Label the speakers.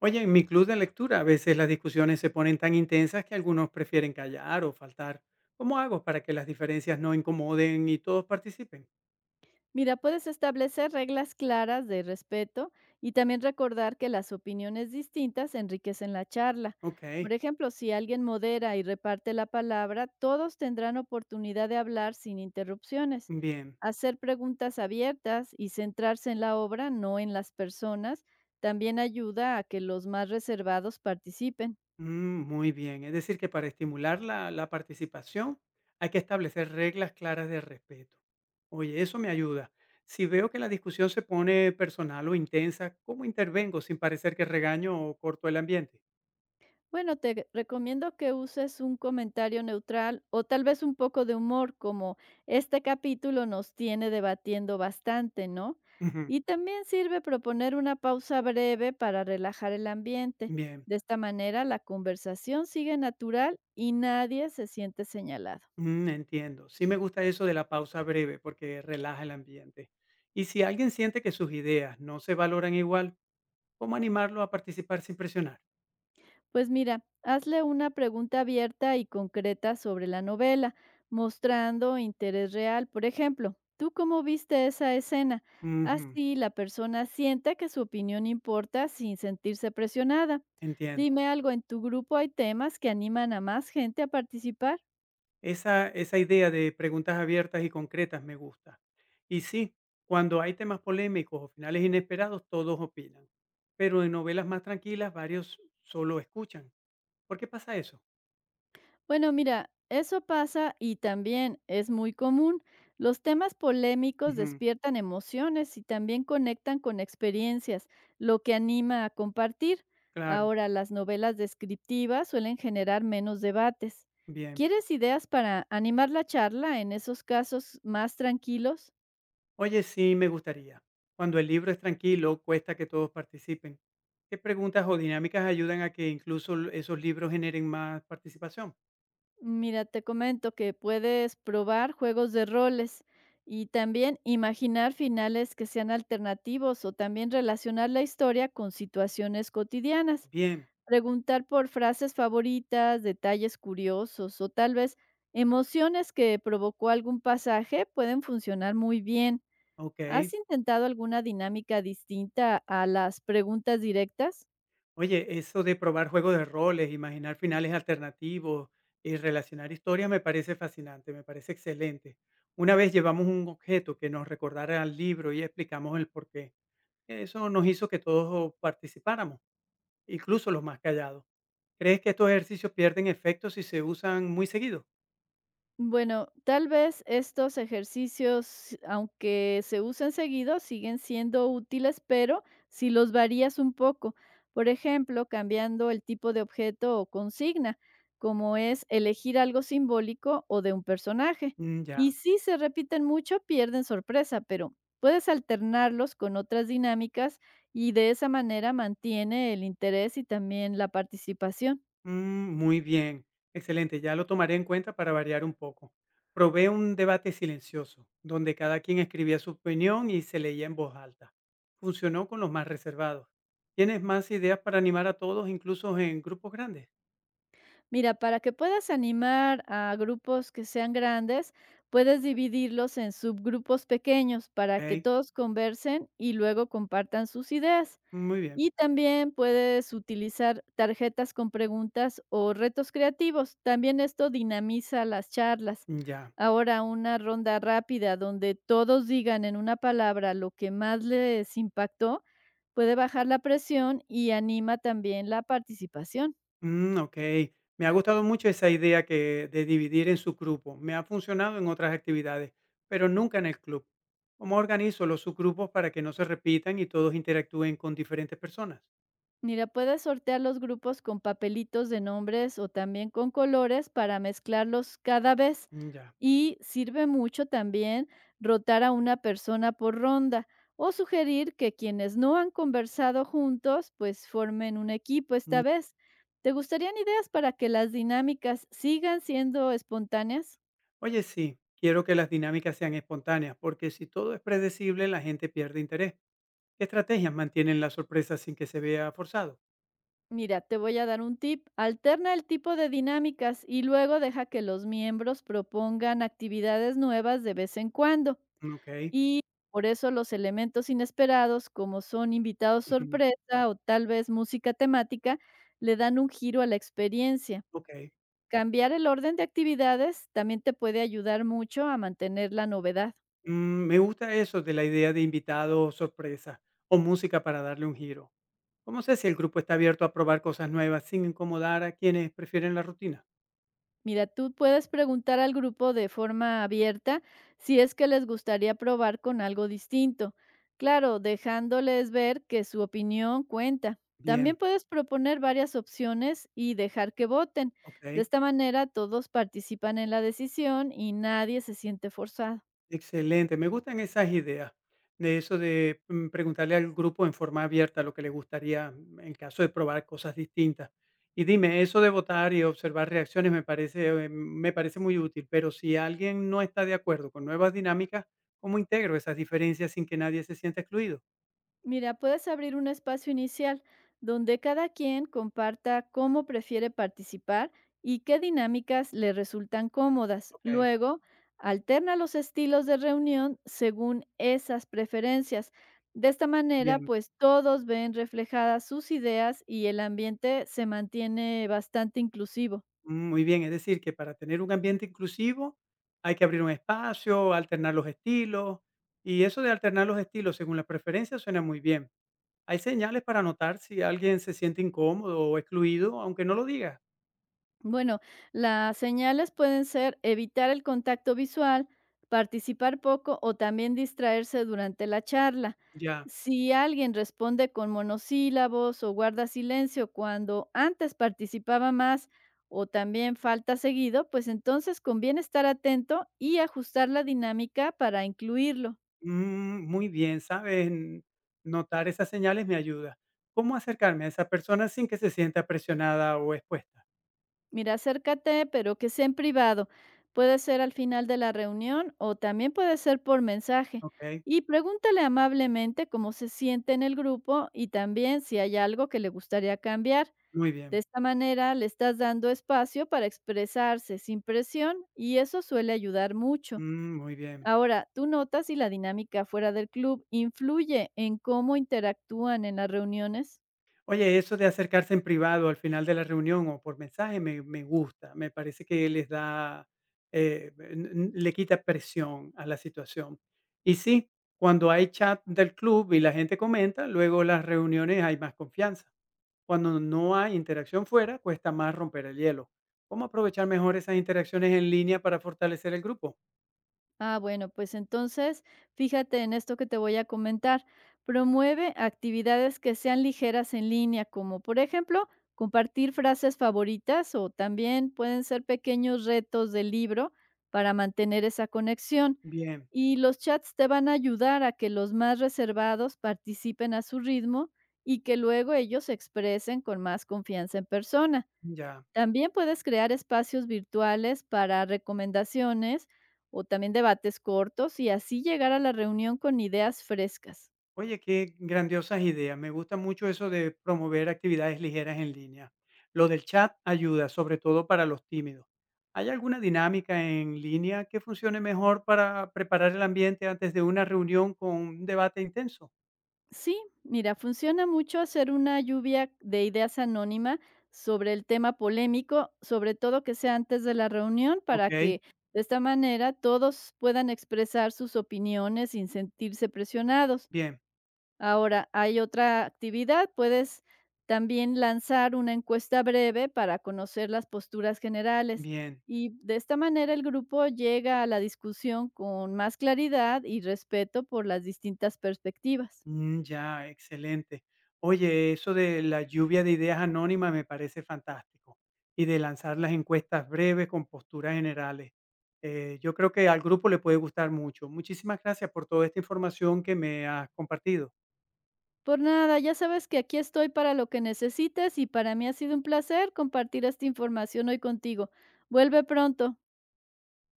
Speaker 1: Oye, en mi club de lectura a veces las discusiones se ponen tan intensas que algunos prefieren callar o faltar. ¿Cómo hago para que las diferencias no incomoden y todos participen?
Speaker 2: Mira, puedes establecer reglas claras de respeto y también recordar que las opiniones distintas enriquecen la charla.
Speaker 1: Ok,
Speaker 2: Por ejemplo, si alguien modera y reparte la palabra, todos tendrán oportunidad de hablar sin interrupciones.
Speaker 1: bien,
Speaker 2: Hacer preguntas abiertas y centrarse en la obra, no en las personas, también ayuda a que los más reservados participen.
Speaker 1: mm, muy bien. Es decir, que para estimular la participación hay que establecer reglas claras de respeto. Oye, eso me ayuda. Si veo que la discusión se pone personal o intensa, ¿cómo intervengo sin parecer que regaño o corto el ambiente?
Speaker 2: Bueno, recomiendo que uses un comentario neutral o tal vez un poco de humor, como este capítulo nos tiene debatiendo bastante, ¿no?
Speaker 1: Ujú.
Speaker 2: Y también sirve proponer una pausa breve para relajar el ambiente.
Speaker 1: Bien.
Speaker 2: De esta manera, la conversación sigue natural y nadie se siente señalado.
Speaker 1: Mm, entiendo. Sí me gusta eso de la pausa breve porque relaja el ambiente. Y si alguien siente que sus ideas no se valoran igual, ¿cómo animarlo a participar sin presionar?
Speaker 2: Pues mira, hazle una pregunta abierta y concreta sobre la novela, mostrando interés real. Por ejemplo, ¿tú cómo viste esa escena?
Speaker 1: Ujú,
Speaker 2: Así la persona sienta que su opinión importa sin sentirse presionada.
Speaker 1: entiendo.
Speaker 2: Dime algo, ¿en tu grupo hay temas que animan a más gente a participar?
Speaker 1: Esa idea de preguntas abiertas y concretas me gusta. Y sí, cuando hay temas polémicos o finales inesperados, todos opinan. Pero en novelas más tranquilas, varios solo escuchan. ¿Por qué pasa eso?
Speaker 2: Bueno, mira, eso pasa y también es muy común. Los temas polémicos
Speaker 1: Ujú,
Speaker 2: despiertan emociones y también conectan con experiencias, lo que anima a compartir.
Speaker 1: claro,
Speaker 2: Ahora, las novelas descriptivas suelen generar menos debates.
Speaker 1: bien.
Speaker 2: ¿Quieres ideas para animar la charla en esos casos más tranquilos?
Speaker 1: Oye, sí, me gustaría. Cuando el libro es tranquilo, cuesta que todos participen. ¿Qué preguntas o dinámicas ayudan a que incluso esos libros generen más participación?
Speaker 2: Mira, te comento que puedes probar juegos de roles y también imaginar finales que sean alternativos o también relacionar la historia con situaciones cotidianas.
Speaker 1: Bien,
Speaker 2: Preguntar por frases favoritas, detalles curiosos o tal vez emociones que provocó algún pasaje pueden funcionar muy bien.
Speaker 1: ok.
Speaker 2: ¿Has intentado alguna dinámica distinta a las preguntas directas?
Speaker 1: Oye, eso de probar juegos de roles, imaginar finales alternativos y relacionar historias me parece fascinante, me parece excelente. Una vez llevamos un objeto que nos recordara al libro y explicamos el porqué. Eso nos hizo que todos participáramos, incluso los más callados. ¿Crees que estos ejercicios pierden efecto si se usan muy seguido?
Speaker 2: Bueno, tal vez estos ejercicios, aunque se usen seguido, siguen siendo útiles, pero si los varías un poco, por ejemplo, cambiando el tipo de objeto o consigna, como es elegir algo simbólico o de un personaje.
Speaker 1: Mm, ya.
Speaker 2: Y si se repiten mucho, pierden sorpresa, pero puedes alternarlos con otras dinámicas y de esa manera mantiene el interés y también la participación.
Speaker 1: Mm, muy bien, excelente, ya lo tomaré en cuenta para variar un poco. Probé un debate silencioso, donde cada quien escribía su opinión y se leía en voz alta. Funcionó con los más reservados. ¿Tienes más ideas para animar a todos, incluso en grupos grandes?
Speaker 2: Mira, para que puedas animar a grupos que sean grandes, puedes dividirlos en subgrupos pequeños para que
Speaker 1: Ok,
Speaker 2: todos conversen y luego compartan sus ideas.
Speaker 1: muy bien,
Speaker 2: Y también puedes utilizar tarjetas con preguntas o retos creativos. También esto dinamiza las charlas.
Speaker 1: ya.
Speaker 2: Ahora una ronda rápida donde todos digan en una palabra lo que más les impactó puede bajar la presión y anima también la participación.
Speaker 1: Mm, okey. Me ha gustado mucho esa idea que de dividir en subgrupos. Me ha funcionado en otras actividades, pero nunca en el club. ¿Cómo organizo los subgrupos para que no se repitan y todos interactúen con diferentes personas?
Speaker 2: Mira, puedes sortear los grupos con papelitos de nombres o también con colores para mezclarlos cada vez.
Speaker 1: Mm, ya.
Speaker 2: Y sirve mucho también rotar a una persona por ronda o sugerir que quienes no han conversado juntos, pues formen un equipo
Speaker 1: Mm.
Speaker 2: esta vez. ¿Te gustarían ideas para que las dinámicas sigan siendo espontáneas?
Speaker 1: Oye, sí, quiero que las dinámicas sean espontáneas, porque si todo es predecible, la gente pierde interés. ¿Qué estrategias mantienen la sorpresa sin que se vea forzado?
Speaker 2: Mira, te voy a dar un tip. Alterna el tipo de dinámicas y luego deja que los miembros propongan actividades nuevas de vez en cuando.
Speaker 1: Mm, okey.
Speaker 2: Y por eso los elementos inesperados, como son invitados
Speaker 1: Ujú.
Speaker 2: sorpresa o tal vez música temática, le dan un giro a la experiencia.
Speaker 1: Okey.
Speaker 2: Cambiar el orden de actividades también te puede ayudar mucho a mantener la novedad.
Speaker 1: Mm, me gusta eso de la idea de invitado sorpresa o música para darle un giro. ¿Cómo sé si el grupo está abierto a probar cosas nuevas sin incomodar a quienes prefieren la rutina?
Speaker 2: Mira, tú puedes preguntar al grupo de forma abierta si es que les gustaría probar con algo distinto. Claro, dejándoles ver que su opinión cuenta. También
Speaker 1: Bien,
Speaker 2: puedes proponer varias opciones y dejar que voten. De
Speaker 1: ok,
Speaker 2: esta manera todos participan en la decisión y nadie se siente forzado.
Speaker 1: excelente. Me gustan esas ideas de eso de preguntarle al grupo en forma abierta lo que le gustaría en caso de probar cosas distintas. Y dime, eso de votar y observar reacciones me parece muy útil, pero si alguien no está de acuerdo con nuevas dinámicas, ¿cómo integro esas diferencias sin que nadie se sienta excluido?
Speaker 2: Mira, puedes abrir un espacio inicial donde cada quien comparta cómo prefiere participar y qué dinámicas le resultan cómodas.
Speaker 1: Ok,
Speaker 2: Luego, alterna los estilos de reunión según esas preferencias. De esta manera,
Speaker 1: bien.
Speaker 2: pues todos ven reflejadas sus ideas y el ambiente se mantiene bastante inclusivo.
Speaker 1: Muy bien, es decir, que para tener un ambiente inclusivo hay que abrir un espacio, alternar los estilos, y eso de alternar los estilos según la preferencia suena muy bien. Hay señales para notar si alguien se siente incómodo o excluido, aunque no lo diga.
Speaker 2: Bueno, las señales pueden ser evitar el contacto visual, participar poco o también distraerse durante la charla.
Speaker 1: Ya.
Speaker 2: Si alguien responde con monosílabos o guarda silencio cuando antes participaba más o también falta seguido, pues entonces conviene estar atento y ajustar la dinámica para incluirlo.
Speaker 1: Mm, muy bien, sabes, notar esas señales me ayuda. ¿Cómo acercarme a esa persona sin que se sienta presionada o expuesta?
Speaker 2: Mira, acércate, pero que sea en privado. Puede ser al final de la reunión o también puede ser por mensaje.
Speaker 1: Ok,
Speaker 2: Y pregúntale amablemente cómo se siente en el grupo y también si hay algo que le gustaría cambiar.
Speaker 1: muy
Speaker 2: De
Speaker 1: bien.
Speaker 2: esta manera le estás dando espacio para expresarse sin presión y eso suele ayudar mucho.
Speaker 1: Mm, muy bien.
Speaker 2: Ahora, ¿tú notas si la dinámica fuera del club influye en cómo interactúan en las reuniones?
Speaker 1: Oye, eso de acercarse en privado al final de la reunión o por mensaje me gusta, me parece que les da, le quita presión a la situación. Y sí, cuando hay chat del club y la gente comenta, luego las reuniones hay más confianza. Cuando no hay interacción fuera, cuesta más romper el hielo. ¿Cómo aprovechar mejor esas interacciones en línea para fortalecer el grupo?
Speaker 2: Ah, bueno, pues entonces fíjate en esto que te voy a comentar. Promueve actividades que sean ligeras en línea, como por ejemplo compartir frases favoritas o también pueden ser pequeños retos del libro para mantener esa conexión.
Speaker 1: Bien,
Speaker 2: Y los chats te van a ayudar a que los más reservados participen a su ritmo y que luego ellos se expresen con más confianza en persona.
Speaker 1: ya.
Speaker 2: También puedes crear espacios virtuales para recomendaciones o también debates cortos y así llegar a la reunión con ideas frescas.
Speaker 1: Oye, qué grandiosas ideas. Me gusta mucho eso de promover actividades ligeras en línea. Lo del chat ayuda, sobre todo para los tímidos. ¿Hay alguna dinámica en línea que funcione mejor para preparar el ambiente antes de una reunión con un debate intenso?
Speaker 2: Sí, mira, funciona mucho hacer una lluvia de ideas anónima sobre el tema polémico, sobre todo que sea antes de la reunión para
Speaker 1: Ok,
Speaker 2: que de esta manera todos puedan expresar sus opiniones sin sentirse presionados.
Speaker 1: bien,
Speaker 2: Ahora, hay otra actividad, puedes también lanzar una encuesta breve para conocer las posturas generales
Speaker 1: bien.
Speaker 2: y de esta manera el grupo llega a la discusión con más claridad y respeto por las distintas perspectivas.
Speaker 1: Mm, ya, excelente. Oye, eso de la lluvia de ideas anónimas me parece fantástico y de lanzar las encuestas breves con posturas generales. Yo creo que al grupo le puede gustar mucho. Muchísimas gracias por toda esta información que me has compartido.
Speaker 2: Por nada, ya sabes que aquí estoy para lo que necesites y para mí ha sido un placer compartir esta información hoy contigo. Vuelve pronto.